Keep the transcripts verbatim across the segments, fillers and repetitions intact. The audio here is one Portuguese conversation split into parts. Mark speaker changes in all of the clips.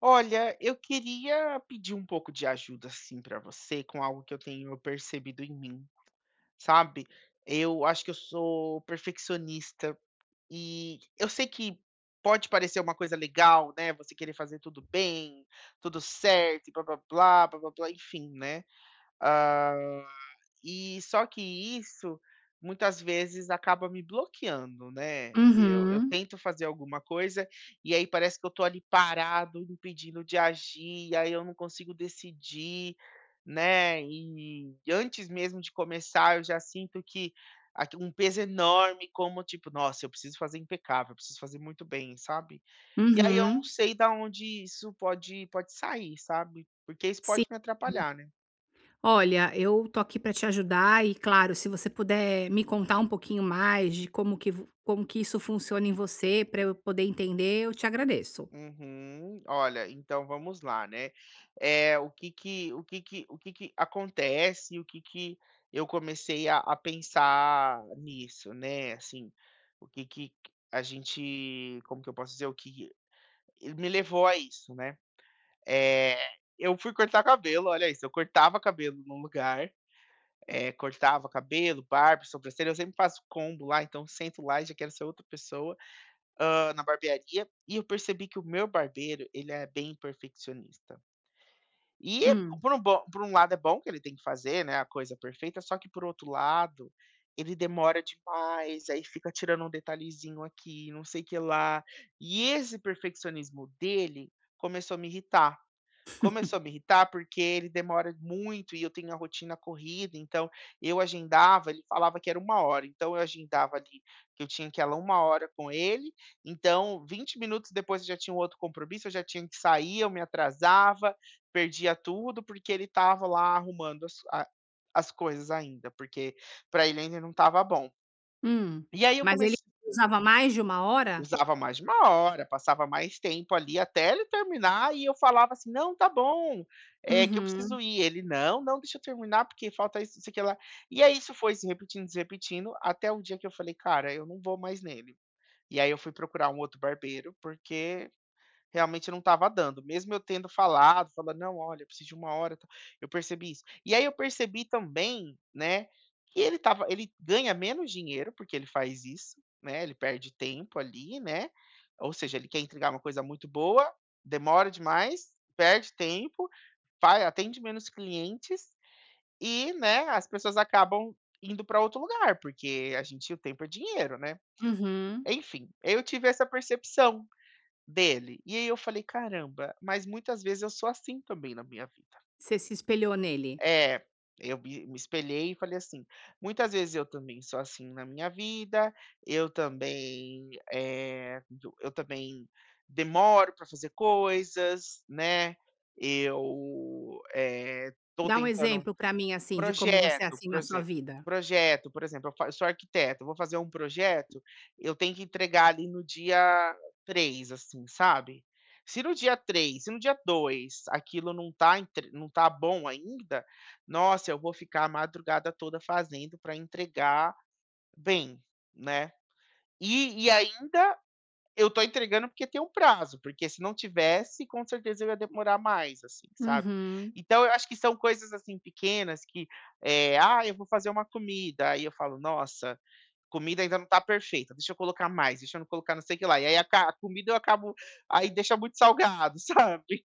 Speaker 1: Olha, eu queria pedir um pouco de ajuda, assim, pra você, com algo que eu tenho percebido em mim, sabe. Eu acho que eu sou perfeccionista e eu sei que pode parecer uma coisa legal, né, você querer fazer tudo bem, tudo certo e blá-blá-blá, blá-blá-blá, enfim, né. Ah, e só que isso muitas vezes acaba me bloqueando, né. Eu eu
Speaker 2: Uhum,
Speaker 1: tento fazer alguma coisa e aí parece que eu tô ali parado, impedindo de agir, e aí eu não consigo decidir, né. E antes mesmo de começar, eu já sinto que aqui um peso enorme como tipo: "Nossa, eu preciso fazer impecável, eu preciso fazer muito bem", sabe. E aí eu não
Speaker 2: uhum,
Speaker 1: sei da onde isso pode pode sair, sabe, porque isso
Speaker 2: sim.
Speaker 1: pode me atrapalhar, né.
Speaker 2: Olha, eu tô aqui pra te ajudar e, claro, se você puder me contar um pouquinho mais de como que vo como que isso funciona em você pra eu poder entender, eu te agradeço.
Speaker 1: Uhum. Olha, então vamos lá, né? É, o que que, o que que, o que que acontece, o que que eu comecei a, a pensar nisso, né? Assim, o que que a gente, como que eu posso dizer, o que me levou a isso, né? É, eu fui cortar cabelo, olha isso, eu cortava cabelo num lugar, é, cortava cabelo, barba, sobrancelha, eu sempre faço combo lá, então sento lá e já quero ser outra pessoa hã, na barbearia, e eu percebi que o meu barbeiro, ele é bem perfeccionista. E é-
Speaker 2: Hum,
Speaker 1: por um bom por um lado é bom que ele tem que fazer, né, a coisa perfeita, só que por outro lado, ele demora demais, aí fica tirando um detalhezinho aqui, não sei o que lá. E esse perfeccionismo dele começou a me irritar. Começou a me irritar, porque ele demora muito e eu tenho a rotina corrida, então eu agendava, ele falava que era uma hora, então eu agendava ali que eu tinha que ir lá uma hora com ele, então vinte minutos depois eu já tinha um outro compromisso, eu já tinha que sair, eu me atrasava, perdia tudo, porque ele estava lá arrumando as a as coisas ainda, porque para ele ainda não estava bom.
Speaker 2: hum.
Speaker 1: E aí eu
Speaker 2: Mas ele
Speaker 1: comecei.
Speaker 2: usava mais de uma hora?
Speaker 1: Usava mais de uma hora, passava mais tempo ali até ele terminar e eu falava assim: "Não, tá bom, é que eu preciso
Speaker 2: Uhum,
Speaker 1: ir". Ele: "Não, não, deixa eu terminar porque falta isso, não sei o que lá". E aí isso foi se repetindo, se repetindo, até o dia que eu falei: "Cara, eu não vou mais nele". E aí eu fui procurar um outro barbeiro, porque realmente não estava dando, mesmo eu tendo falado, falando: "Não, olha, eu preciso de uma hora, tal", eu percebi isso. E aí eu percebi também, né, que ele tava ele ganha menos dinheiro, porque ele faz isso, né, ele perde tempo ali, né, ou seja, ele quer entregar uma coisa muito boa, demora demais, perde tempo, vai atende menos clientes e, né, as pessoas acabam indo para outro lugar, porque a gente o tempo é dinheiro, né.
Speaker 2: uhum.
Speaker 1: Enfim, eu tive essa percepção. Dele. E aí eu falei: "Caramba, mas muitas vezes eu sou assim também na minha vida".
Speaker 2: Você se espelhou nele.
Speaker 1: É, eu me me espelhei e falei assim: "Muitas vezes eu também sou assim na minha vida, eu também, eh, do eu também demoro para fazer coisas, né, eu, eh, tô
Speaker 2: Dá um
Speaker 1: tentando".
Speaker 2: exemplo pra mim, assim, de como você é
Speaker 1: Projeto,
Speaker 2: assim
Speaker 1: por
Speaker 2: na sua
Speaker 1: exe
Speaker 2: vida.
Speaker 1: Projeto, por exemplo, eu fa eu sou arquiteto, eu vou fazer um projeto, eu tenho que entregar ali no dia três assim, sabe. Se no dia três se no dia dois aquilo não tá entre não tá bom ainda, nossa, eu vou ficar a madrugada toda fazendo para entregar bem, né. E e ainda eu tô entregando porque tem um prazo, porque se não tivesse, com certeza eu ia demorar mais, assim, sabe.
Speaker 2: Uhum,
Speaker 1: Então eu acho que são coisas, assim, pequenas que, eh, "Ah, eu vou fazer uma comida", aí eu falo: "Nossa, comida ainda não tá perfeita, deixa eu colocar mais, deixa eu não colocar não sei o que lá", e aí a ca a comida eu acabo, aí deixa muito salgado, sabe.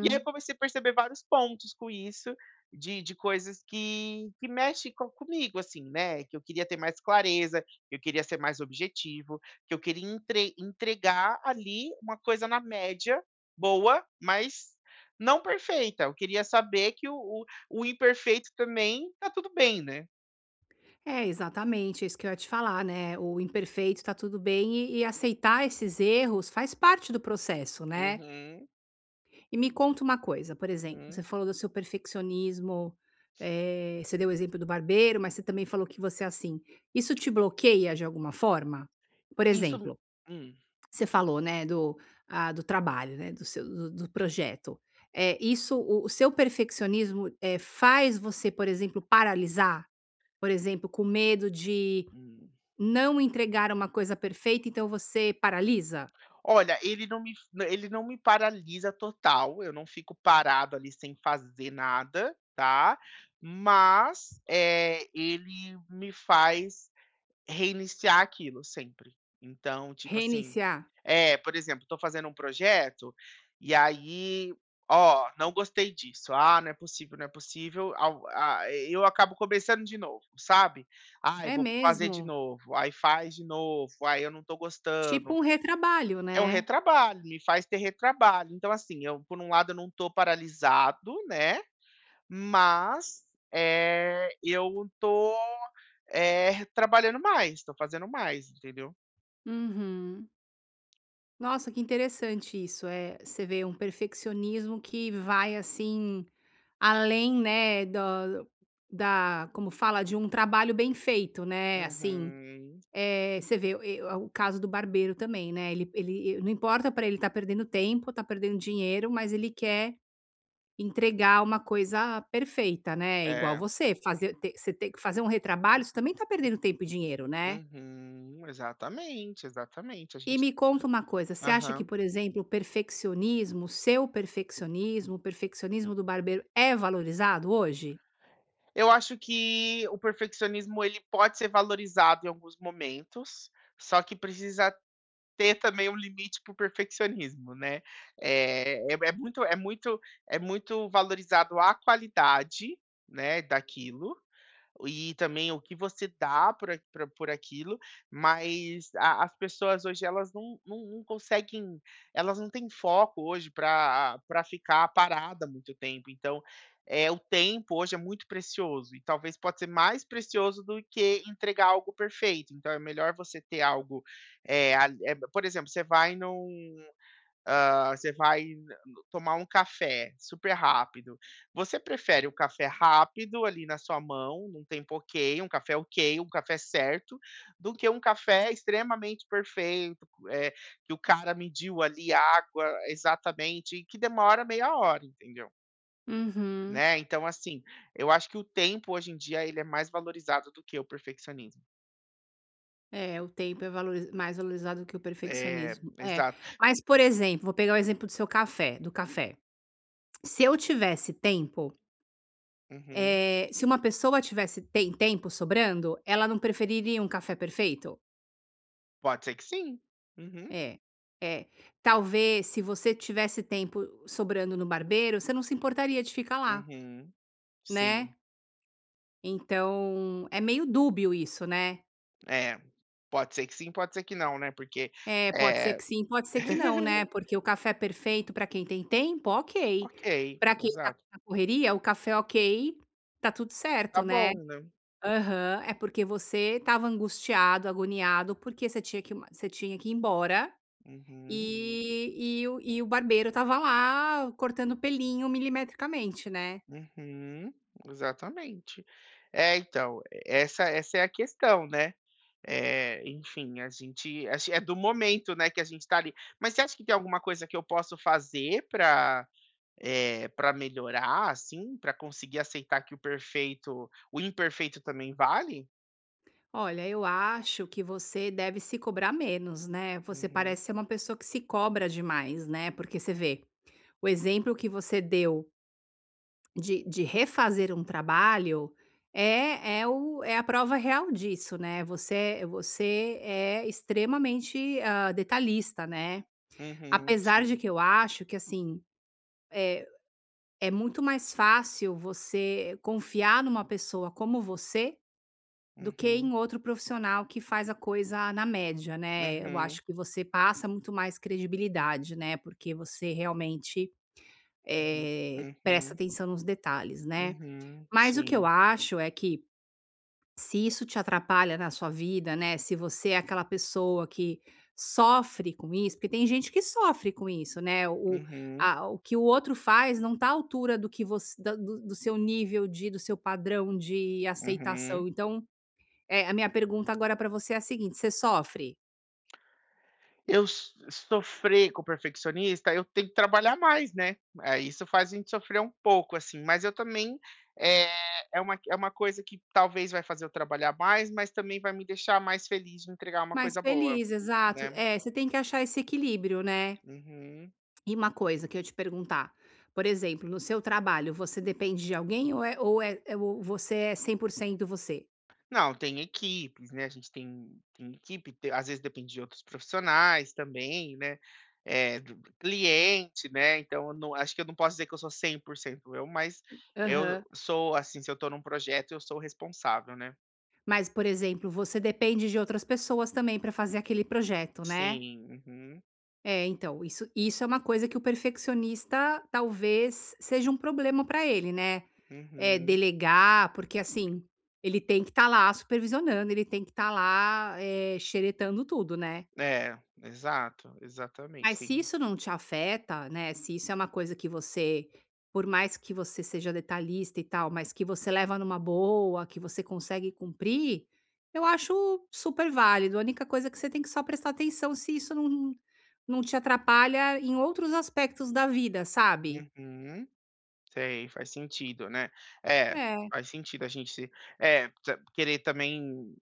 Speaker 1: E aí eu comecei a perceber vários pontos com isso, de de coisas que que mexe co comigo, assim, né, que eu queria ter mais clareza, que eu queria ser mais objetivo, que eu queria entre entregar ali uma coisa na média, boa, mas não perfeita. Eu queria saber que o o o imperfeito também tá tudo bem, né.
Speaker 2: É, exatamente, é isso que eu ia te falar, né, o imperfeito tá tudo bem e e aceitar esses erros faz parte do processo, né.
Speaker 1: Uhum,
Speaker 2: E me conta uma coisa, por exemplo,
Speaker 1: uhum.
Speaker 2: você falou do seu perfeccionismo, eh, você deu o exemplo do barbeiro, mas você também falou que você é assim. Isso te bloqueia de alguma forma? Por
Speaker 1: Isso.
Speaker 2: exemplo,
Speaker 1: Hum,
Speaker 2: você falou, né, do ah, do trabalho, né, do seu do do projeto. É isso o o seu perfeccionismo, eh, faz você, por exemplo, paralisar? Por exemplo, com medo de
Speaker 1: hum.
Speaker 2: não entregar uma coisa perfeita, então você paralisa?
Speaker 1: Olha, ele não me ele não me paralisa total, eu não fico parado ali sem fazer nada, tá. Mas, eh, ele me faz reiniciar aquilo sempre. Então, tipo assim,
Speaker 2: Reiniciar?
Speaker 1: é, por exemplo, estou fazendo um projeto, e aí: "Ó, não gostei disso. Ah, não é possível, não é possível", ao a eu acabo começando de novo, sabe. "Ai,
Speaker 2: É
Speaker 1: vou fazer de
Speaker 2: mesmo?
Speaker 1: novo", aí faz de novo, aí eu não tô
Speaker 2: Tipo
Speaker 1: gostando,
Speaker 2: um retrabalho,
Speaker 1: é um
Speaker 2: né?
Speaker 1: retrabalho, me faz ter retrabalho. Então, assim, eu, por um lado, eu não tô paralisado, né, mas, eh, eu tô, eh, trabalhando mais, tô fazendo mais, entendeu.
Speaker 2: Uhum. Nossa, que interessante isso, é. Você vê um perfeccionismo que vai, assim, além, né, da da como fala, de um trabalho bem feito, né, assim,
Speaker 1: Uhum.
Speaker 2: eh, você vê e o caso do barbeiro também, né, ele ele não importa para ele estar perdendo tempo, tá perdendo dinheiro, mas ele quer Entregar uma coisa perfeita, né, igual
Speaker 1: É.
Speaker 2: você, fazer te você ter que fazer um retrabalho, você também tá perdendo tempo e dinheiro, né.
Speaker 1: Uhum. Exatamente, exatamente. A
Speaker 2: E
Speaker 1: gente,
Speaker 2: me conta uma coisa, você acha que,
Speaker 1: aham.
Speaker 2: por exemplo, o perfeccionismo, o seu perfeccionismo, o perfeccionismo do barbeiro é valorizado hoje?
Speaker 1: Eu acho que o perfeccionismo, ele pode ser valorizado em alguns momentos, só que precisa ter também um limite para o perfeccionismo, né. Eh, é é muito é muito é muito valorizado a qualidade, né, daquilo, e também o que você dá por a pra por aquilo, mas a as pessoas hoje elas não não não conseguem, elas não têm foco hoje para pra ficar parada muito tempo, então, é o tempo hoje é muito precioso e talvez pode ser mais precioso do que entregar algo perfeito, então é melhor você ter algo, é ali, eh, por exemplo, você vai num Hã, você vai tomar um café super rápido. Você prefere o café rápido ali na sua mão, num tempo ok, um café ok, um café certo, do que um café extremamente perfeito, eh, que o cara mediu ali a água exatamente e que demora meia hora, entendeu?
Speaker 2: Uhum.
Speaker 1: Né, então assim, eu acho que o tempo hoje em dia ele é mais valorizado do que o perfeccionismo.
Speaker 2: É, o tempo é valoriz mais valorizado que o
Speaker 1: É,
Speaker 2: perfeccionismo. É.
Speaker 1: exato.
Speaker 2: Mas, por exemplo, vou pegar o exemplo do seu café do café. Se eu tivesse tempo,
Speaker 1: Uhum.
Speaker 2: eh, se uma pessoa tivesse tem tempo sobrando, ela não preferiria um café perfeito?
Speaker 1: Pode ser que sim. Uhum,
Speaker 2: É, é. Talvez se você tivesse tempo sobrando no barbeiro, você não se importaria de ficar lá,
Speaker 1: uhum, sim.
Speaker 2: né. Então, é meio dúbio isso, né.
Speaker 1: É, pode ser que sim, pode ser que não, né, porque,
Speaker 2: É, pode ser
Speaker 1: eh
Speaker 2: que sim, pode ser que não, né, porque o café perfeito para quem tem tempo, ok.
Speaker 1: ok,
Speaker 2: Para quem tá
Speaker 1: exato.
Speaker 2: na correria, o café ok, tá tudo
Speaker 1: Tá
Speaker 2: certo, né.
Speaker 1: bom, né.
Speaker 2: Aham. É porque você estava angustiado, agoniado, porque você tinha que você tinha que ir embora.
Speaker 1: Uhum,
Speaker 2: E e o e o barbeiro estava lá cortando pelinho milimetricamente, né.
Speaker 1: uhum, exatamente. É, então, essa essa é a questão, né. Eh, enfim, a gente acho é do momento, né, que a gente tá ali. Mas você acha que tem alguma coisa que eu posso fazer para, eh, pra melhorar, assim, para conseguir aceitar que o perfeito o imperfeito também vale?
Speaker 2: "Olha, eu acho que você deve se cobrar menos, né, você
Speaker 1: Uhum,
Speaker 2: parece ser uma pessoa que se cobra demais, né, porque você vê, o exemplo que você deu de de refazer um trabalho é é o é a prova real disso, né, você você é extremamente, hã, detalhista, né".
Speaker 1: uhum,
Speaker 2: Apesar de
Speaker 1: sim,
Speaker 2: que eu acho que assim, eh É muito mais fácil você confiar numa pessoa como você, do que
Speaker 1: uhum.
Speaker 2: em outro profissional que faz a coisa na média, né. Eu
Speaker 1: Uhum,
Speaker 2: acho que você passa muito mais credibilidade, né, porque você realmente,
Speaker 1: uhum,
Speaker 2: eh, presta
Speaker 1: uhum,
Speaker 2: atenção nos detalhes, né.
Speaker 1: uhum,
Speaker 2: Mas o que eu
Speaker 1: sim,
Speaker 2: acho é que se isso te atrapalha na sua vida, né, se você é aquela pessoa que sofre com isso, porque tem gente que sofre com isso, né, o
Speaker 1: uhum,
Speaker 2: a o que o outro faz não está à altura do que você, da do do seu nível de do seu padrão de
Speaker 1: uhum.
Speaker 2: aceitação. Então, eh, a minha pergunta agora para você é a seguinte: você sofre?
Speaker 1: Eu s sofrer com o perfeccionista, eu tenho que trabalhar mais, né, é isso faz a gente sofrer um pouco, assim, mas eu também, é é uma é uma coisa que talvez vai fazer eu trabalhar mais, mas também vai me deixar mais feliz de entregar uma
Speaker 2: Mais
Speaker 1: coisa boa,
Speaker 2: feliz, exato.
Speaker 1: né.
Speaker 2: É, você tem que achar esse equilíbrio, né.
Speaker 1: Uhum.
Speaker 2: E uma coisa que eu te perguntar, por exemplo, no seu trabalho, você depende de alguém ou é ou é ou você é cem por cento você?
Speaker 1: Não, tem equipes, né, a gente tem tem equipe, te às vezes depende de outros profissionais também, né, eh, do do cliente, né, então eu não acho que eu não posso dizer que eu sou cem por cento eu, mas eu
Speaker 2: Aham.
Speaker 1: sou, assim, se eu estou num projeto, eu sou o responsável, né.
Speaker 2: Mas, por exemplo, você depende de outras pessoas também para fazer aquele projeto, né?
Speaker 1: Sim, uhum,
Speaker 2: É, então, isso, isso é uma coisa que o perfeccionista talvez seja um problema para ele, né? É,
Speaker 1: uhum.
Speaker 2: delegar, porque assim, ele tem que estar lá supervisionando, ele tem que estar lá é, xeretando tudo, né?
Speaker 1: É, exato, exatamente,
Speaker 2: Mas
Speaker 1: tem
Speaker 2: se
Speaker 1: que.
Speaker 2: isso não te afeta, né, se isso é uma coisa que você por mais que você seja detalhista e tal, mas que você leva numa boa, que você consegue cumprir, eu acho super válido. A única coisa é que você tem que só prestar atenção se isso não não te atrapalha em outros aspectos da vida, sabe.
Speaker 1: Uhum. Sei, faz sentido, né. É,
Speaker 2: É,
Speaker 1: faz sentido a gente se, é, ta querer também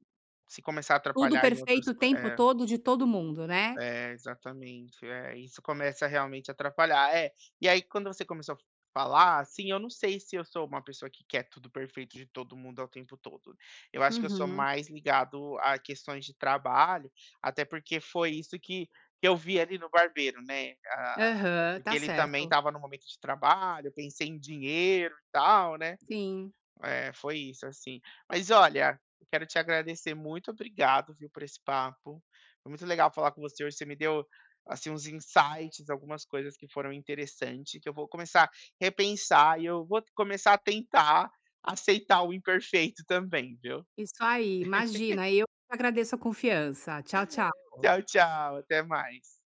Speaker 1: se começar a
Speaker 2: tudo
Speaker 1: atrapalhar em
Speaker 2: perfeito
Speaker 1: outras
Speaker 2: o
Speaker 1: co
Speaker 2: tempo
Speaker 1: é.
Speaker 2: todo de todo mundo, né.
Speaker 1: É, exatamente. É, isso começa realmente a atrapalhar. É, e aí quando você começou a falar, assim, eu não sei se eu sou uma pessoa que quer tudo perfeito de todo mundo ao tempo todo. Eu acho que eu sou
Speaker 2: Uhum.
Speaker 1: mais ligado a questões de trabalho, até porque foi isso que, que eu vi ali no barbeiro, né? Ah,
Speaker 2: Aham,
Speaker 1: porque
Speaker 2: tá
Speaker 1: ele também
Speaker 2: certo.
Speaker 1: estava no momento de trabalho, eu pensei em dinheiro e tal, né?
Speaker 2: Sim,
Speaker 1: É, foi isso, assim. Mas olha, eu quero te agradecer, muito obrigado, viu, por esse papo. Foi muito legal falar com você hoje, você me deu, assim, uns insights, algumas coisas que foram interessantes, que eu vou começar a repensar e eu vou começar a tentar aceitar o imperfeito também, viu.
Speaker 2: isso aí. Imagina, eu agradeço a confiança. Tchau, tchau.
Speaker 1: Tchau, tchau, até mais.